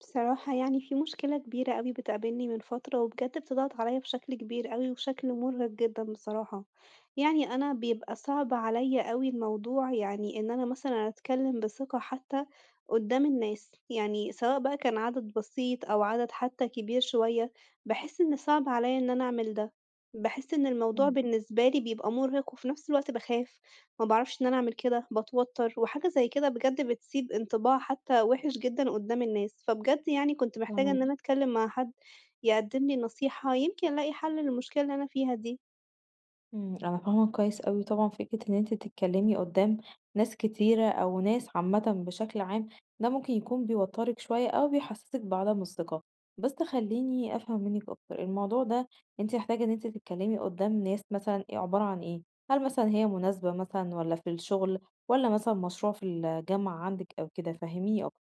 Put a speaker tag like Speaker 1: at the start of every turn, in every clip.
Speaker 1: بصراحة يعني في مشكلة كبيرة أوي بتقابلني من فترة، وبجد بتضغط عليَّ بشكل كبير أوي، وشكل مُرهق جدًا بصراحة. يعني أنا بيبقى صعب عليَّ أوي الموضوع، يعني إن أنا مثلًا أتكلم بثقة حتى قدّام الناس، يعني سواء بقى كان عدد بسيط أو عدد حتى كبير شوية، باحس إن صعب عليَّ إن أنا أعمل ده. باحس إن الموضوع
Speaker 2: إمم،
Speaker 1: بالنسبة لي بيبقى مُرهق، وفي نفس الوقت باخاف. ما باعرفش إن أنا أعمل كده، باتوتّر، وحاجة زي كده بجد بتسيب انطباع حتى وِحِش جدًا قُدّام الناس، فبجد يعني كنت محتاجة
Speaker 2: فاهماكِ،
Speaker 1: إن أنا أتكلّم مع حد يقدّم لي نصيحة، يمكن ألاقي حَل للمشكلة اللي أنا فيها دي.
Speaker 2: إمم، أنا فاهمة كويس أوي طبعًا فكرة إن أنتِ تتكلمي قدّام ناس كتيرة أو ناس عامةً بشكل عام، ده ممكن يكون بيوتّرِك شوية أو بيحسسِك بعدم الثقة، بس خلّيني أفهم منِّك أكتر، الموضوع ده أنتِ محتاجة إن أنتِ تتكلمي قدّام ناس مثلًا إيه عبارة عن إيه؟ هل مثلًا هي مناسبة مثلًا والّا في الشغل والّا مثلًا مشروع في الجامعة عندِك أو كده؟ فهّميني أكتر.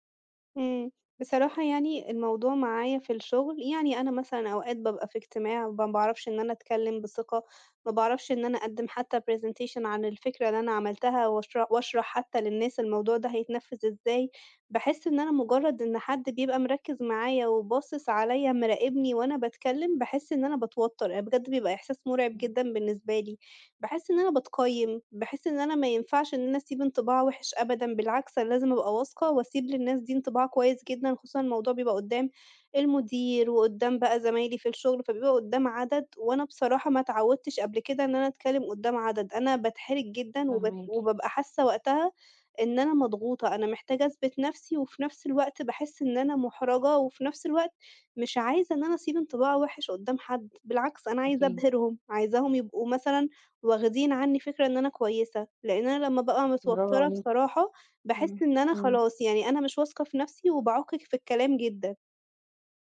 Speaker 1: إمم. بصراحة يعني الموضوع معايا في الشغل، يعني أنا مثلًا أوقات بابقى في اجتماع ما باعرفش إن أنا أتكلّم بثقة، ما باعرفش إن أنا أقدّم حتى presentation عن الفكرة اللي أنا عملتها واشرح حتى للناس الموضوع ده هيتنفّذ إزاي، باحس إن أنا مجرّد إن حد بيبقى مركّز معايا وباصص عليّا مراقبني وأنا باتكلّم، باحس إن أنا باتوتّر، يعني بجد بيبقى إحساس مُرعب
Speaker 2: إمم،
Speaker 1: جدًا بالنسبة لي. باحس إن أنا باتقيّم، باحس إن أنا ما ينفعش إن أنا أسيب انطباع وِحِش أبدًا، بالعكس أنا لازم أبقى واثقة وأسيب للناس دي انطباع كويس جدًا، خصوصًا الموضوع بيبقى قدّام المدير وقدّام بقى زمايلي في الشغل، فبيبقى قدّام عدد وأنا بصراحة ما اتعوّدتش قبل كده إن أنا أتكلّم قدّام عدد، أنا باتحرج جدًا
Speaker 2: فاهماكِ،
Speaker 1: وبابقى حاسة وقتها إن أنا مضغوطة، أنا محتاجة أثبت نَفْسي وفي نَفْس الوقت باحس إن أنا مُحرَجة وفي نَفْس الوقت مش عايزة إن أنا أسيب انطباع وِحِش قدّام حد، بالعكس أنا عايزة
Speaker 2: أكيد،
Speaker 1: أبهرهم، عايزاهم يبقوا مثلًا واخدين عني فكرة إن أنا كويسة، لإن أنا لمّا بابقى
Speaker 2: برافو
Speaker 1: متوترة
Speaker 2: عليكِ،
Speaker 1: بصراحة، باحس
Speaker 2: إمم.
Speaker 1: إن أنا
Speaker 2: إمم.
Speaker 1: خلاص يعني أنا مش واثقة في نفسي وباعُك في الكلام جدًا.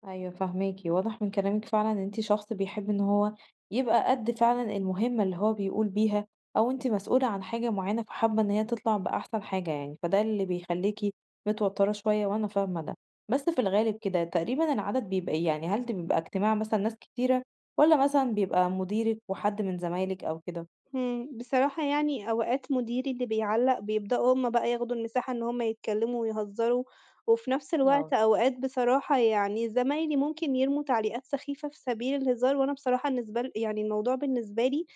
Speaker 2: أيوه فاهماكِ، واضح من كلامِك فعلًا إن أنتِ شخص بيحب إن هو يبقى قد فعلًا المهمة اللي هو بيقول بيها، أو أنتِ مسؤولة عن حاجة معينة فحابة إن هي تطلع بأحسن حاجة يعني، فده اللي بيخلّيكِ متوترة شوية وأنا فاهمة ده. بس في الغالب كده تقريبًا العدد بيبقى إيه؟ يعني هل ده بيبقى اجتماع مثلًا ناس كتيرة، والّا مثلًا بيبقى مديرِك وحد من زمايلِك أو كده؟
Speaker 1: إمم، بصراحة يعني أوقات مديري اللي بيعلّق بيبدأوا هُم بقى ياخدوا المساحة إن هُم يتكلموا ويهزروا، وفي نفس الوقت
Speaker 2: آه.
Speaker 1: أوقات بصراحة يعني زمايلي ممكن يرموا تعليقات سخيفة في سبيل الهزار، وأنا بصراحة النسبة ل يعني الموضوع بالنسبة لي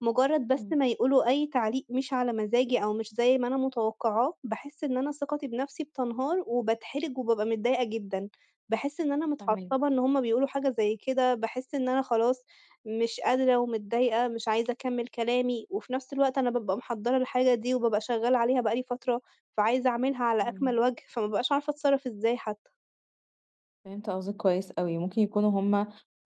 Speaker 1: مجرد بس
Speaker 2: إمم،
Speaker 1: ما يقولوا أي تعليق مش على مزاجي أو مش زي ما أنا متوقعاه، باحس إن أنا ثقتي بنفسي بتنهار وباتحرج وبابقى متضايقة جدًا، باحس إن أنا
Speaker 2: فاهماكِ،
Speaker 1: متعصبة إن هُم بيقولوا حاجة زي كده، باحس إن أنا خلاص مش قادرة ومتضايقة، مش عايزة أكمّل كلامي، وفي نفس الوقت أنا بابقى محضّرة الحاجة دي وبابقى شغّالة عليها بقى لي فترة، فعايزة أعملها على
Speaker 2: إمم.
Speaker 1: أكمل وجه، فما بابقاش عارفة أتصرّف إزاي حتى.
Speaker 2: فهمت قصدك كويس أوي، ممكن يكونوا هُم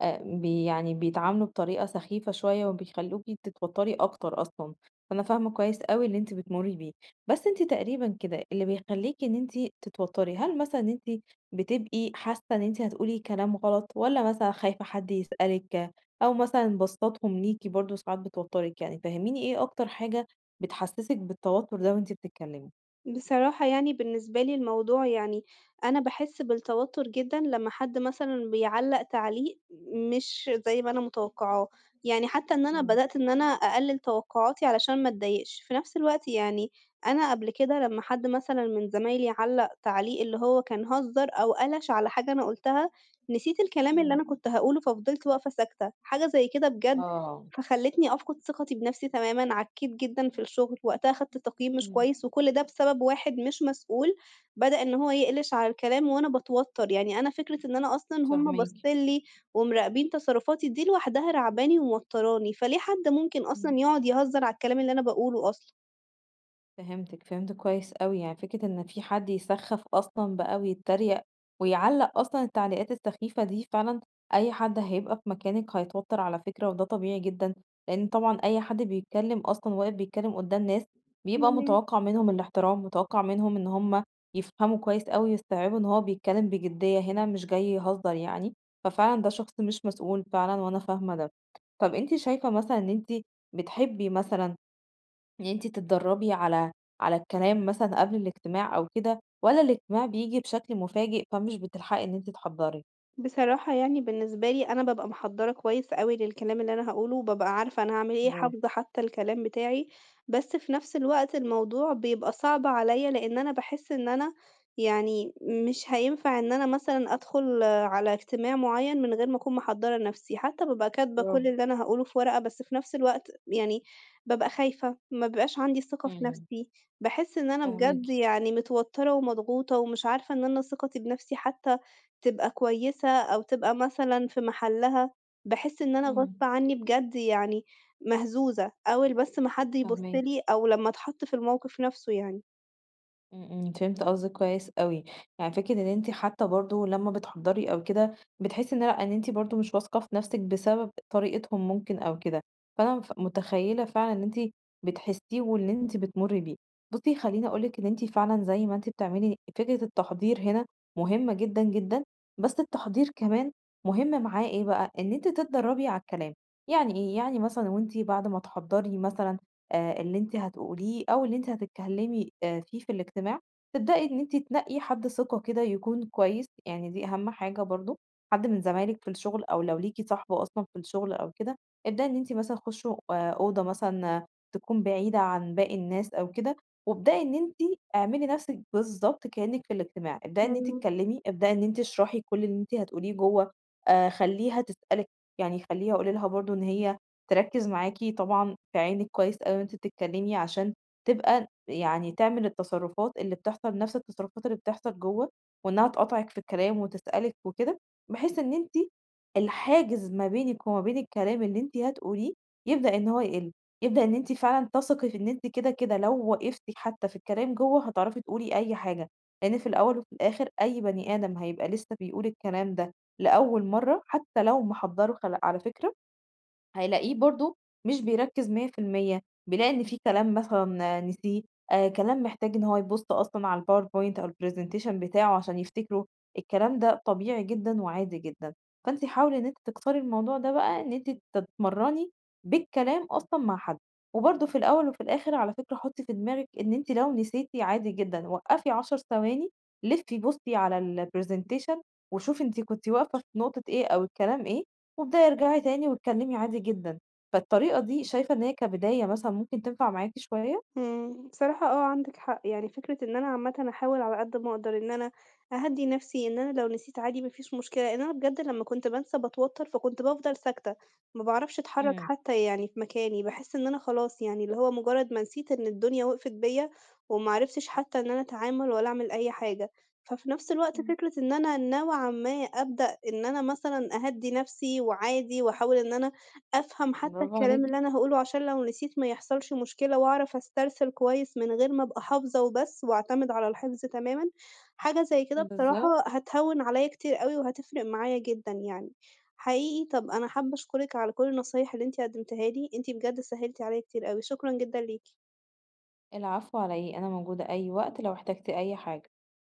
Speaker 2: بي يعني بيتعاملوا بطريقة سخيفة شوية وبيخلّوكِ تتوتّري أكتر أصلًا، فأنا فاهمة كويس أوي اللي أنتِ بتمُرّي بيه، بس أنتِ تقريبًا كده اللي بيخلّيكِ إن أنتِ تتوتّري، هل مثلًا إن أنتِ بتبقي حاسة إن أنتِ هتقولي كلام غلط والّا مثلًا خايفة حد يسألِك أو مثلًا بصّاتهم ليكِ برضه ساعات بتوتّرِك يعني، فهّميني إيه أكتر حاجة بتحسّسِك بالتوتُّر ده وأنتِ بتتكلمي؟
Speaker 1: بصراحة يعني بالنسبة لي الموضوع يعني أنا باحس بالتوتر جدًا لمّا حد مثلًا بيعلّق تعليق مش زي ما أنا متوقعاه، يعني حتى إن أنا
Speaker 2: إمم،
Speaker 1: بدأت إن أنا أقلل توقعاتي علشان ما اتضايقش، في نفس الوقت يعني أنا قبل كده لمّا حد مثلًا من زمايلي علّق تعليق اللي هو كان هزّر أو قلش على حاجة أنا قُلتها، نسيت الكلام اللي
Speaker 2: إمم.
Speaker 1: أنا كنت هاقوله ففضلت واقفة ساكتة، حاجة زي كده بجد
Speaker 2: آه،
Speaker 1: فخلّتني أفقد ثقتي بنفسي تمامًا، عكّيت جدًا في الشغل، وقتها خدت تقييم مش
Speaker 2: إمم،
Speaker 1: كويس، وكل ده بسبب واحد مش مسؤول بدأ إن هو يقلش على الكلام وأنا باتوتّر، يعني أنا فكرة إن أنا أصلًا هُم
Speaker 2: فاهماكِ،
Speaker 1: باصّين لي ومراقبين تصرفاتي دي لوحدها راعباني وموتّراني، فليه حد ممكن
Speaker 2: إمم.
Speaker 1: أصلًا يقعد يهزّر على الكلام اللي أنا باقوله
Speaker 2: فهمتِك، فهمت كويس أوي، يعني فكرة إن في حد يسخّف أصلًا بقى ويتريق ويعلّق أصلًا التعليقات السخيفة دي فعلًا أي حد هيبقى في مكانِك هيتوتر على فكرة، وده طبيعي جدًا، لإن طبعًا أي حد بيتكلم أصلًا واقف بيتكلم قدّام ناس بيبقى
Speaker 1: أصلًا؟
Speaker 2: متوقع منهم الاحترام، متوقع منهم إن هم يفهموا كويس أوي ويستوعبوا إن هو بيتكلم بجدية هنا مش جاي يهزر يعني، ففعلًا ده شخص مش مسؤول فعلًا وأنا فاهمة ده. طَب أنتِ شايفة مثلًا إن أنتِ بتحبي مثلًا إن أنتِ تتدرّبي على الكلام مثلًا قبل الاجتماع أو كده، والّا الاجتماع بييجي بشكل مفاجئ فمش بتلحقي إن أنتِ تحضّري؟
Speaker 1: بصراحة يعني بالنسبة لي أنا بابقى محضّرة كويس أوي للكلام اللي أنا هاقوله، وبابقى عارفة أنا هاعمل إيه،
Speaker 2: برافو،
Speaker 1: حافظة حتى الكلام بتاعي، بس في نفس الوقت الموضوع بيبقى صعب عليَّ، لإن أنا باحس إن أنا يعني مش هينفع إن أنا مثلًا أدخل على اجتماع معيّن من غير ما أكون محضّرة نفسي، حتى بابقى كاتبة كل
Speaker 2: برافو،
Speaker 1: اللي أنا هاقوله في ورقة، بس في نفس الوقت يعني بابقى خايفة، ما بيبقاش عندي الثقة في
Speaker 2: إمم.
Speaker 1: نفسي، باحس إن أنا
Speaker 2: فاهماكِ،
Speaker 1: بجد يعني متوتّرة ومضغوطة، ومش عارفة إن أنا ثقتي بنفسي حتى تبقى كويسة أو تبقى مثلًا في محلها، باحس إن أنا
Speaker 2: إمم،
Speaker 1: غصب عنّي بجد يعني مهزوزة، أول بس ما حد يبُص
Speaker 2: فاهماكِ.
Speaker 1: لي أو لمّا أتحط في الموقف نَفْسه يعني.
Speaker 2: إمم، إمم، فهمت قصدِك كويس أوي، يعني فكرة إن أنتِ حتى برضه لمّا بتحضّري أو كده بتحسّي إن لأ، إن أنتِ برضه مش واثقة في نَفْسِك بسبب طريقتهم ممكن أو كده، فأنا متخيّلة فعلًا إن أنتِ بتحسّيه واللي أنتِ بتمُرّي بيه. بُصّي خلّيني أقول لِك إن أنتِ فعلًا زي ما أنتِ بتعملي فكرة التحضير هنا مهمة جدًا، جدًا، بس التحضير كمان مهم معاه إيه بقى، إن أنتِ تتدرّبي على الكلام، يعني إيه، يعني مثلًا وأنتِ بعد ما تحضّري مثلًا اللي أنتِ هتقوليه أو اللي أنتِ هتتكلمي فيه في الاجتماع، تبدئي إن أنتِ تنقي حد ثقة كده يكون كويس، يعني دي أهم حاجة برضه، حد من زمايلِك في الشغل أو لو ليكِ صاحبة أصلًا في الشغل أو كده، ابدئي إن أنتِ مثلًا خُشوا أوضة مثلًا آه، تكون بعيدة عن باقي الناس أو كده، وابدئي إن أنتِ اعملي نفسِك بالضبط كأنِك في الاجتماع، ابدئي إن أنتِ
Speaker 1: إمم.
Speaker 2: اتكلمي، ابدئي إن أنتِ اشرحي كل اللي أنتِ هتقوليه جوّه، خلّيها تسألِك، يعني خلّيها قولي لها برضه إن هي تركّز معاكِ طبعًا في عينِك كويس أوي وأنتِ بتتكلّمي عشان تبقى يعني تعمل التصرّفات اللي بتحصل نَفْس التصرّفات اللي بتحصل جوّه، وإنّها تقاطعِك في الكلام وتسألِك وكده، بحيث إن أنتِ الحاجز ما بينِك وما بين الكلام اللي أنتِ هتقوليه يبدأ إن هو يقِل، يبدأ إن أنتِ فعلًا تثقي في إن أنتِ كده، كده لو وقفتِ حتّى في الكلام جوّه هتعرفي تقولي أي حاجة، لإن في الأول وفي الآخِر أي بني آدم هيبقى لسّه بيقول الكلام ده لأول مرّة حتّى لو محضّره خل على فكرة هيلاقيه برضه مش بيركّز 100%، بيلاقي إن في كلام مثلًا نسيه، كلام محتاج إن هو يبُص أصلًا على الpowerpoint أو الpresentation بتاعه عشان يفتكره، الكلام ده طبيعي جدًا وعادي جدًا، فأنتِ حاولي إن أنتِ تكسري الموضوع ده بقى إن أنتِ تتمرّني بالكلام أصلًا مع حد، وبرضه في الأول وفي الآخر على فكرة حُطّي في دماغِك إن أنتِ لو نسيتِ عادي جدًا، وقّفي 10 ثواني، لفّي بُصي على الpresentation وشوفي أنتِ كنتِ واقفة في نقطة إيه أو الكلام إيه وابدئي ارجعي تاني واتكلمي عادي جدًا، فالطريقة دي شايفة إن هي كبداية مثلًا ممكن تنفع معاكِ شوية؟
Speaker 1: إمم، بصراحة آه، عندِك حق، يعني فكرة إن أنا عامةً أحاول على قد ما أقدر إن أنا أهدّي نَفْسي، إن أنا لو نسيت عادي ما فيش مشكلة، لإن أنا بجد لمّا كنت بانسى باتوتّر، فكنت بافضل ساكتة، ما باعرفش أتحرّك
Speaker 2: إمم،
Speaker 1: حتى يعني في مكاني، باحس إن أنا خلاص يعني اللي هو مجرّد ما نسيت إن الدنيا وقفت بيّا، وما عرفتش حتى إن أنا أتعامل ولا أعمل أي حاجة. ففي نَفْس الوقت
Speaker 2: إمم،
Speaker 1: فكرة إن أنا نوعًا ما أبدأ إن أنا مثلًا أهدّي نَفْسي وعادي وأحاول إن أنا أفهم حتى
Speaker 2: برافو
Speaker 1: الكلام
Speaker 2: عليكِ،
Speaker 1: اللي أنا هاقوله عشان لو نسيت ما يحصلش مشكلة وأعرف أسترسل كويس من غير ما أبقى حافظة وبس وأعتمد على الحفظ تمامًا. حاجة زي كده بصراحة
Speaker 2: بالضبط.
Speaker 1: هتهوِّن عليَّ كتير أوي وهتفرق معايا جدًا يعني. حقيقي طَب أنا حابة أشكرِك على كل النصايح اللي أنتِ قدّمتيها لي، أنتِ بجد سهّلتِ عليَّ كتير أوي، شكرًا جدًا ليكِ.
Speaker 2: العفو على إيه، أنا موجودة أي وقت لو احتجتِ أي حاجة.